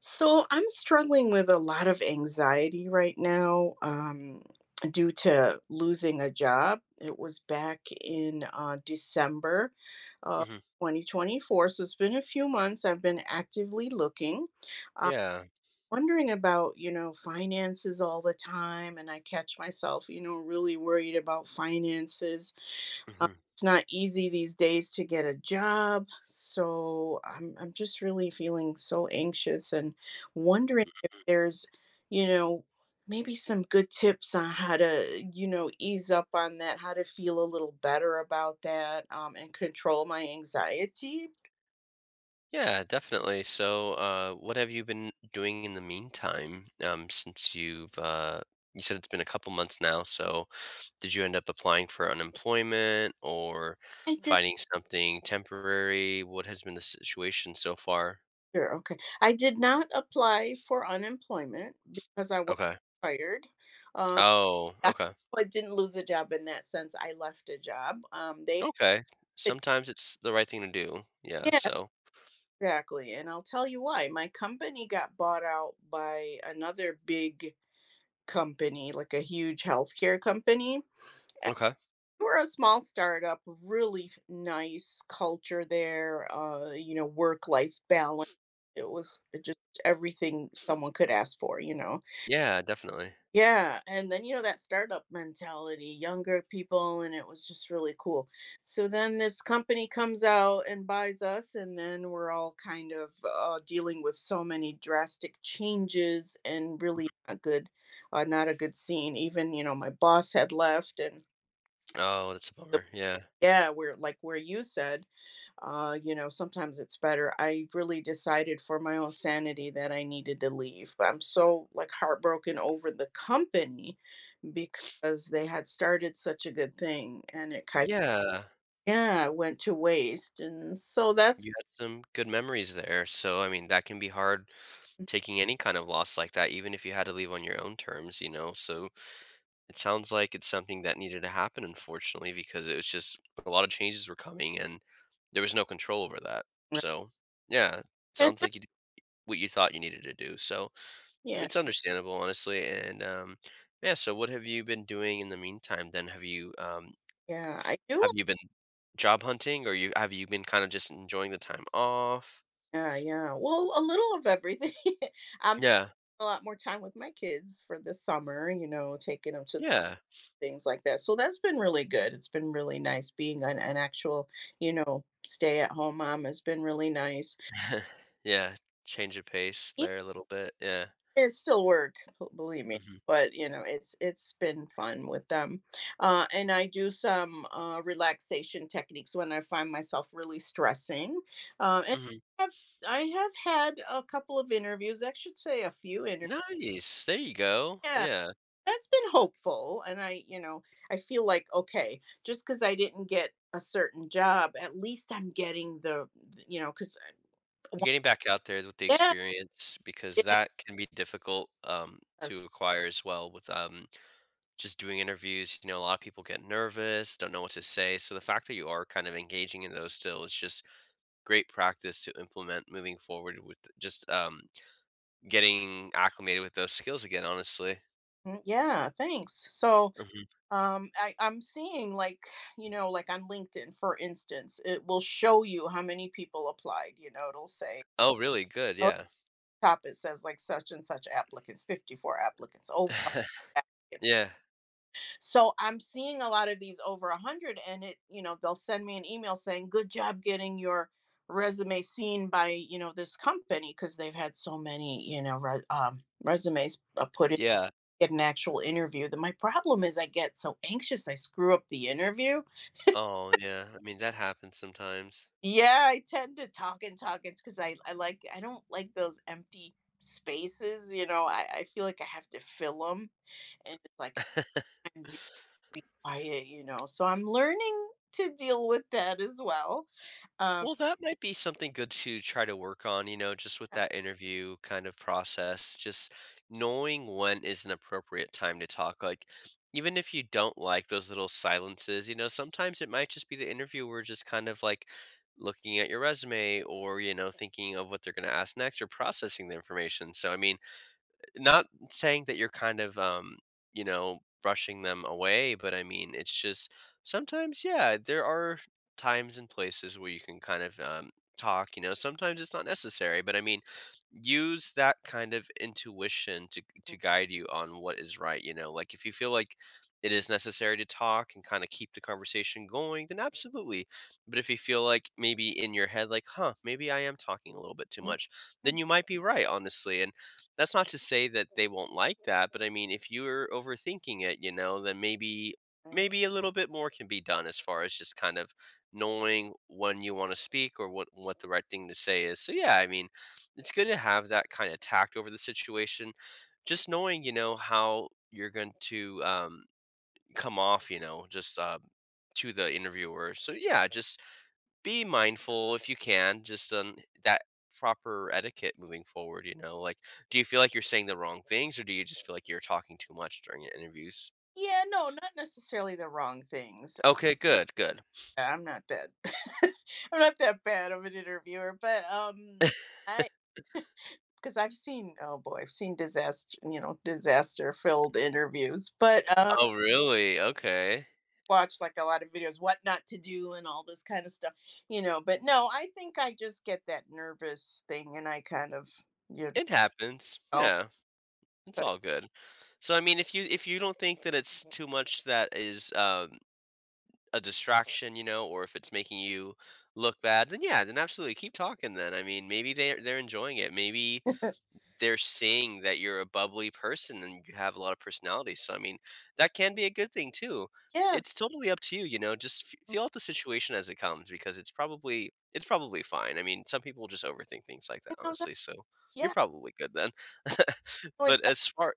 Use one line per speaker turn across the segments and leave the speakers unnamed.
So I'm struggling with a lot of anxiety right now, due to losing a job. It was back in December of
hmm
2024. So it's been a few months. I've been actively looking, uh,
Yeah.
wondering about, you know, finances all the time. And I catch myself, you know, really worried about finances um,
hmm
it's not easy these days to get a job, so I'm just really feeling so anxious and wondering if there's, you know, maybe some good tips on how to, you know, ease up on that, how to feel a little better about that, and control my anxiety.
Yeah, definitely. So, what have you been doing in the meantime, since you've, you said it's been a couple months now. So, did you end up applying for unemployment or
I did.
finding something temporary? What has been the situation so far?
Sure. Okay. I did not apply for unemployment because I was
Okay.
fired. Um,
Oh,
I
okay.
didn't lose a job in that sense. I left a job. They,
Okay. Sometimes it's the right thing to do. Yeah.
yeah.
So,
Exactly. And I'll tell you why. My company got bought out by another big company, like a huge healthcare company. And
okay.
we're a small startup, really nice culture there, you know, work life balance. It was just everything someone could ask for, you know.
Yeah, definitely.
Yeah, and then you know that startup mentality, younger people, and it was just really cool. So then this company comes out and buys us, and then we're all kind of dealing with so many drastic changes and really a good, not a good scene. Even you know my boss had left, and
Oh, that's a
the,
bummer. Yeah.
yeah, we're like where you said, you know sometimes it's better. I really decided for my own sanity that I needed to leave. But I'm so like heartbroken over the company because they had started such a good thing and it kind of,
Yeah.
yeah, went to waste and so that's
You had some good memories there. So, I mean, that can be hard taking any kind of loss like that, even if you had to leave on your own terms, you know? So it sounds like it's something that needed to happen, unfortunately, because it was just a lot of changes were coming and there was no control over that.
and
So, yeah, sounds like you did what you thought you needed to do. So
yeah.
it's understandable, honestly. And, yeah, so what have you been doing in the meantime then?
yeah i do
Have
like,
you been job hunting or you have you been kind of just enjoying the time off?
yeah, yeah, well, a little of everything. I'm
Yeah.
A lot more time with my kids for the summer, you know, taking them to
Yeah.
things like that, so that's been really good. It's been really nice being an actual, you know, stay at home mom has been really nice.
Yeah, change of pace there a little bit, yeah.
It's still work, b believe me,
Mhm,
but, you know, it's been fun with them. And I do some, relaxation techniques when I find myself really stressing, and
mhm.
I've I have had a couple of interviews, I should say a few interviews.
Nice, there you go,
Yeah,
yeah.
that's been hopeful, and I, you know, I feel like, "Okay, just because I didn't get a certain job, at least I'm getting the," you know, cause
You're getting back out there with the
yeah,
experience because
getting
that can be difficult,
a.
to acquire as well with, just doing interviews, you know, a lot of people get nervous, don't know what to say, so the fact that you are kind of engaging in those still is just great practice to implement moving forward with just, getting acclimated with those skills again, honestly.
Mhm, yeah, thanks. So
Mhm.
I'm seeing like, you know, like on LinkedIn, for instance, it will show you how many people applied. You know, it'll say
Oh, really? Good,
oh,
yeah.
top, it says like such and such applicants, 54 applicants, over one hundred applicants.
Yeah,
So I'm seeing a lot of these over 100 and, it you know, they'll send me an email saying good job getting your resume seen by, you know, this company because they've had so many, you know, resumes, put in.
yeah.
Get an actual interview, then my problem is I get so anxious I screw up the interview.
Oh, yeah. I mean, that happens sometimes.
Yeah, I tend to talk and talk. It's because I like I don't like those empty spaces. You know, I feel like I have to fill them, and it's like sometimes you be quiet. You know, so I'm learning to deal with that as well. Um,
Well, that might be something good to try to work on, you know, just with
yeah.
that interview kind of process, just knowing when is an appropriate time to talk. Like, even if you don't like those little silences, you know, sometimes it might just be the interviewer just kind of like looking at your resume or, you know, thinking of what they're going to ask next or processing the information. So, I mean, not saying that you're kind of, you know, brushing them away, but I mean, it's just sometimes, yeah, there are times and places where you can kind of talk, you know, sometimes it's not necessary, but I mean, use that kind of intuition to guide you on what is right, you know, like if you feel like it is necessary to talk and kind of keep the conversation going, then absolutely. But if you feel like maybe in your head, like, huh, maybe I am talking a little bit too
mm,
much,
mm,
then you might be right, honestly. And that's not to say that they won't like that, but I mean, if you're overthinking it, you know, then
mm.
maybe a little bit more can be done as far as just kind of knowing when you want to speak or what the right thing to say is. So yeah, I mean, it's good to have that kind of tact over the situation. Just knowing, you know, how you're going to come off, you know, just to the interviewer. So yeah, just be mindful if you can, just on that proper etiquette moving forward, you know? Like, do you feel like you're saying the wrong things or do you just feel like you're talking too much during interviews?
Yeah, no, not necessarily the wrong things.
Okay, good, good.
I'm not that I'm not that bad of an interviewer, but I. Because I've seen oh boy, I've seen disaster, you know, disaster filled interviews, but
Oh, really? Okay.
watched like a lot of videos what not to do and all this kind of stuff, you know, but no, I think I just get that nervous thing and I kind of, you know, just
It happens.
don't.
Yeah, it's all good. So, I mean, if you don't think that it's too much that is a distraction, you know, or if it's making you look bad, then yeah, then absolutely keep talking. Then I mean, maybe they are they're enjoying it. Maybe they're seeing that you're a bubbly person and you have a lot of personality. So, I mean, that can be a good thing too.
Yeah,
It's totally up to you, you know, just feel out the situation as it comes because it's probably fine. I mean, some people just overthink things like that,
you know that,
honestly. So, you're
yeah,
probably good then.
like
But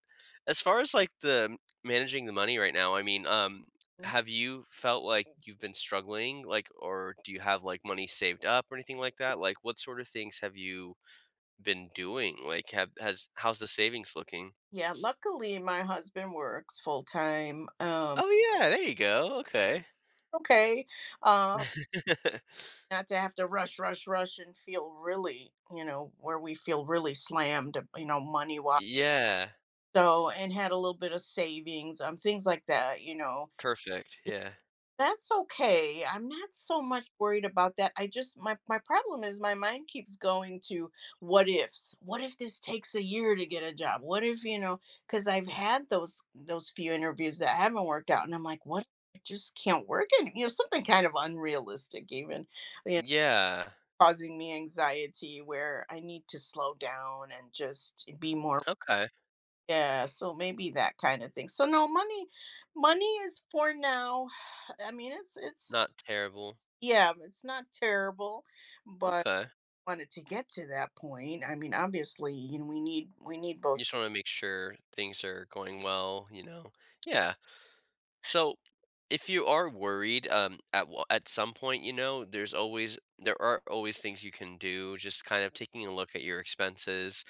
as far as like the managing the money right now, I mean,
um,
have you felt like you've been struggling like or do you have like money saved up or anything like that? Like what sort of things have you been doing? Like, have has how's the savings looking?
yeah, luckily my husband works full time.
Oh yeah, there you go. Okay.
Okay. Um Not to have to rush rush and feel really, you know, where we feel really slammed, you know, money wise.
Yeah,
So, and had a little bit of savings, things like that, you know.
perfect.
Yeah,
Yeah.
that's okay. I'm not so much worried about that. I just, my problem is my mind keeps going to what ifs. What if this takes a year to get a job? What if, you know, cuz I've had those few interviews that haven't worked out and I'm like, what if it just can't work and you know, something kind of unrealistic even, you know,
Yeah.
causing me anxiety where I need to slow down and just be more.
Okay.
Yeah, so maybe that kind of thing. So no, money is for now. I mean, it's
Not terrible.
yeah, it's not terrible, but
Okay.
wanted to get to that point. I mean, obviously, you know, we need
You
both,
just want to make sure things are going well, you know. Yeah. So if you are worried, at some point, you know, there are always things you can do. Just kind of taking a look at your expenses,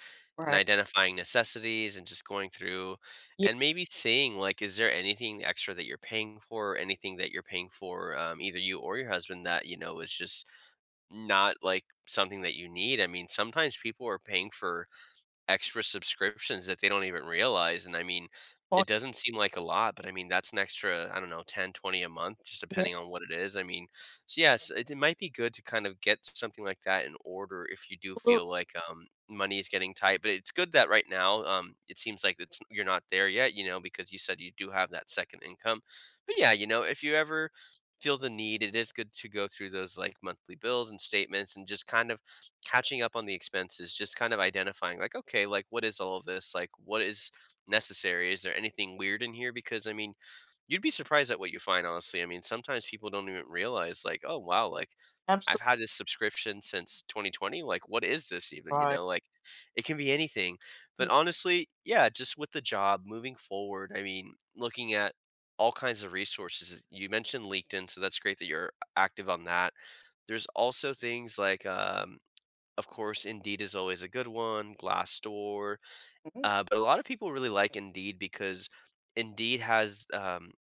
and
right?
identifying necessities and just going through
Yeah,
and maybe seeing like is there anything extra that you're paying for or anything that you're paying for either you or your husband that you know is just not like something that you need. I mean sometimes people are paying for extra subscriptions that they don't even realize, and I mean,
oh,
it doesn't seem like a lot, but I mean, that's an extra, I don't know, 10, 20 a month, just
yeah,
depending on what it is. I mean, so yes, it might be good to kind of get something like that in order if you do feel like money is getting tight. But it's good that right now, it seems like it's you're not there yet, you know, because you said you do have that second income. But yeah, you know, if you ever feel the need, it is good to go through those like monthly bills and statements and just kind of catching up on the expenses, just kind of identifying like, okay, like what is all of this? Like what is necessary? Is there anything weird in here? Because I mean, you'd be surprised at what you find, honestly. I mean, sometimes people don't even realize like, oh wow, like I've
absolutely, absolutely.
had this subscription since 2020. Like, what is this even? You
Right.
know, like it can be anything. But honestly, yeah, just with the job moving forward, I mean, looking at all kinds of resources. You mentioned LinkedIn, so that's great that you're active on that. There's also things like of course, Indeed is always a good one, Glassdoor,
Mhm.
but a lot of people really like Indeed because Indeed has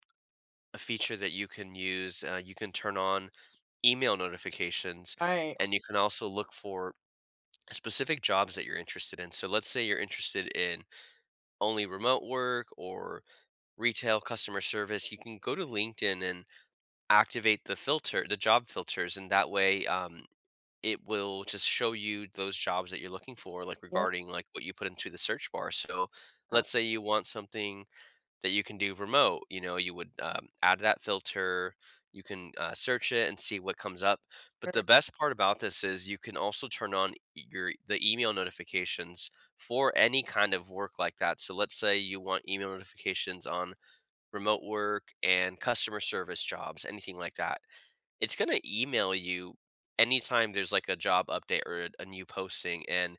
a feature that you can use. You can turn on email notifications
Right.
and you can also look for specific jobs that you're interested in. So let's say you're interested in only remote work or retail customer service, you can go to LinkedIn and activate the filter, the job filters, and that way it will just show you those jobs that you're looking for, like
Yeah.
regarding like what you put into the search bar. So let's say you want something that you can do remote, you know, you would add that filter, you can search it and see what comes up. But the
Sure,
best part about this is you can also turn on your the email notifications for any kind of work like that. So let's say you want email notifications on remote work and customer service jobs, anything like that. It's gonna email you anytime there's, like, a job update or a new posting, and,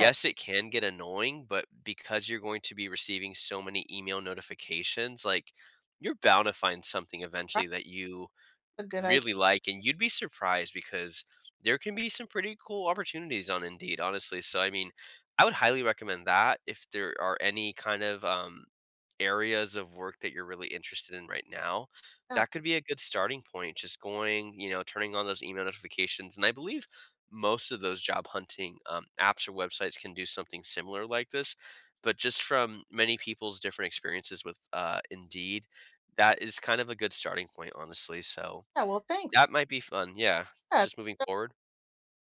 okay.
it can get annoying, but because you're going to be receiving so many email notifications, like, you're bound to find something
Right.
eventually that you
That's a good idea.
really like, and you'd be surprised because there can be some pretty cool opportunities on Indeed, honestly, so, I mean, I would highly recommend that if there are any kind of, areas of work that you're really interested in right now, that could be a good starting point. Just going, you know, turning on those email notifications. And I believe most of those job hunting apps or websites can do something similar like this. But just from many people's different experiences with Indeed, that is kind of a good starting point, honestly. So
Yeah, well, thanks.
that might be fun. Yeah.
Yeah.
Just moving forward.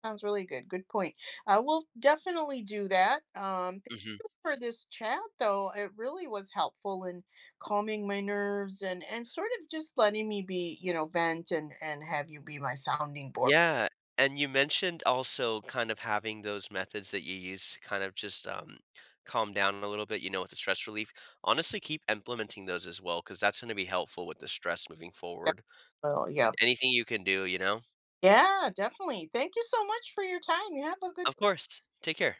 Sounds really good. Good point. I will definitely do that. Thank
Mm-hmm.
you for this chat, though. It really was helpful in calming my nerves and sort of just letting me be, you know, vent and have you be my sounding board.
Yeah, and you mentioned also kind of having those methods that you use to kind of just, calm down a little bit, you know, with the stress relief. Honestly, keep implementing those as well, because that's gonna be helpful with the stress moving forward.
Well, yeah,
Anything you can do, you know?
yeah, definitely. Thank you so much for your time. You have a good.
Of course. Take care.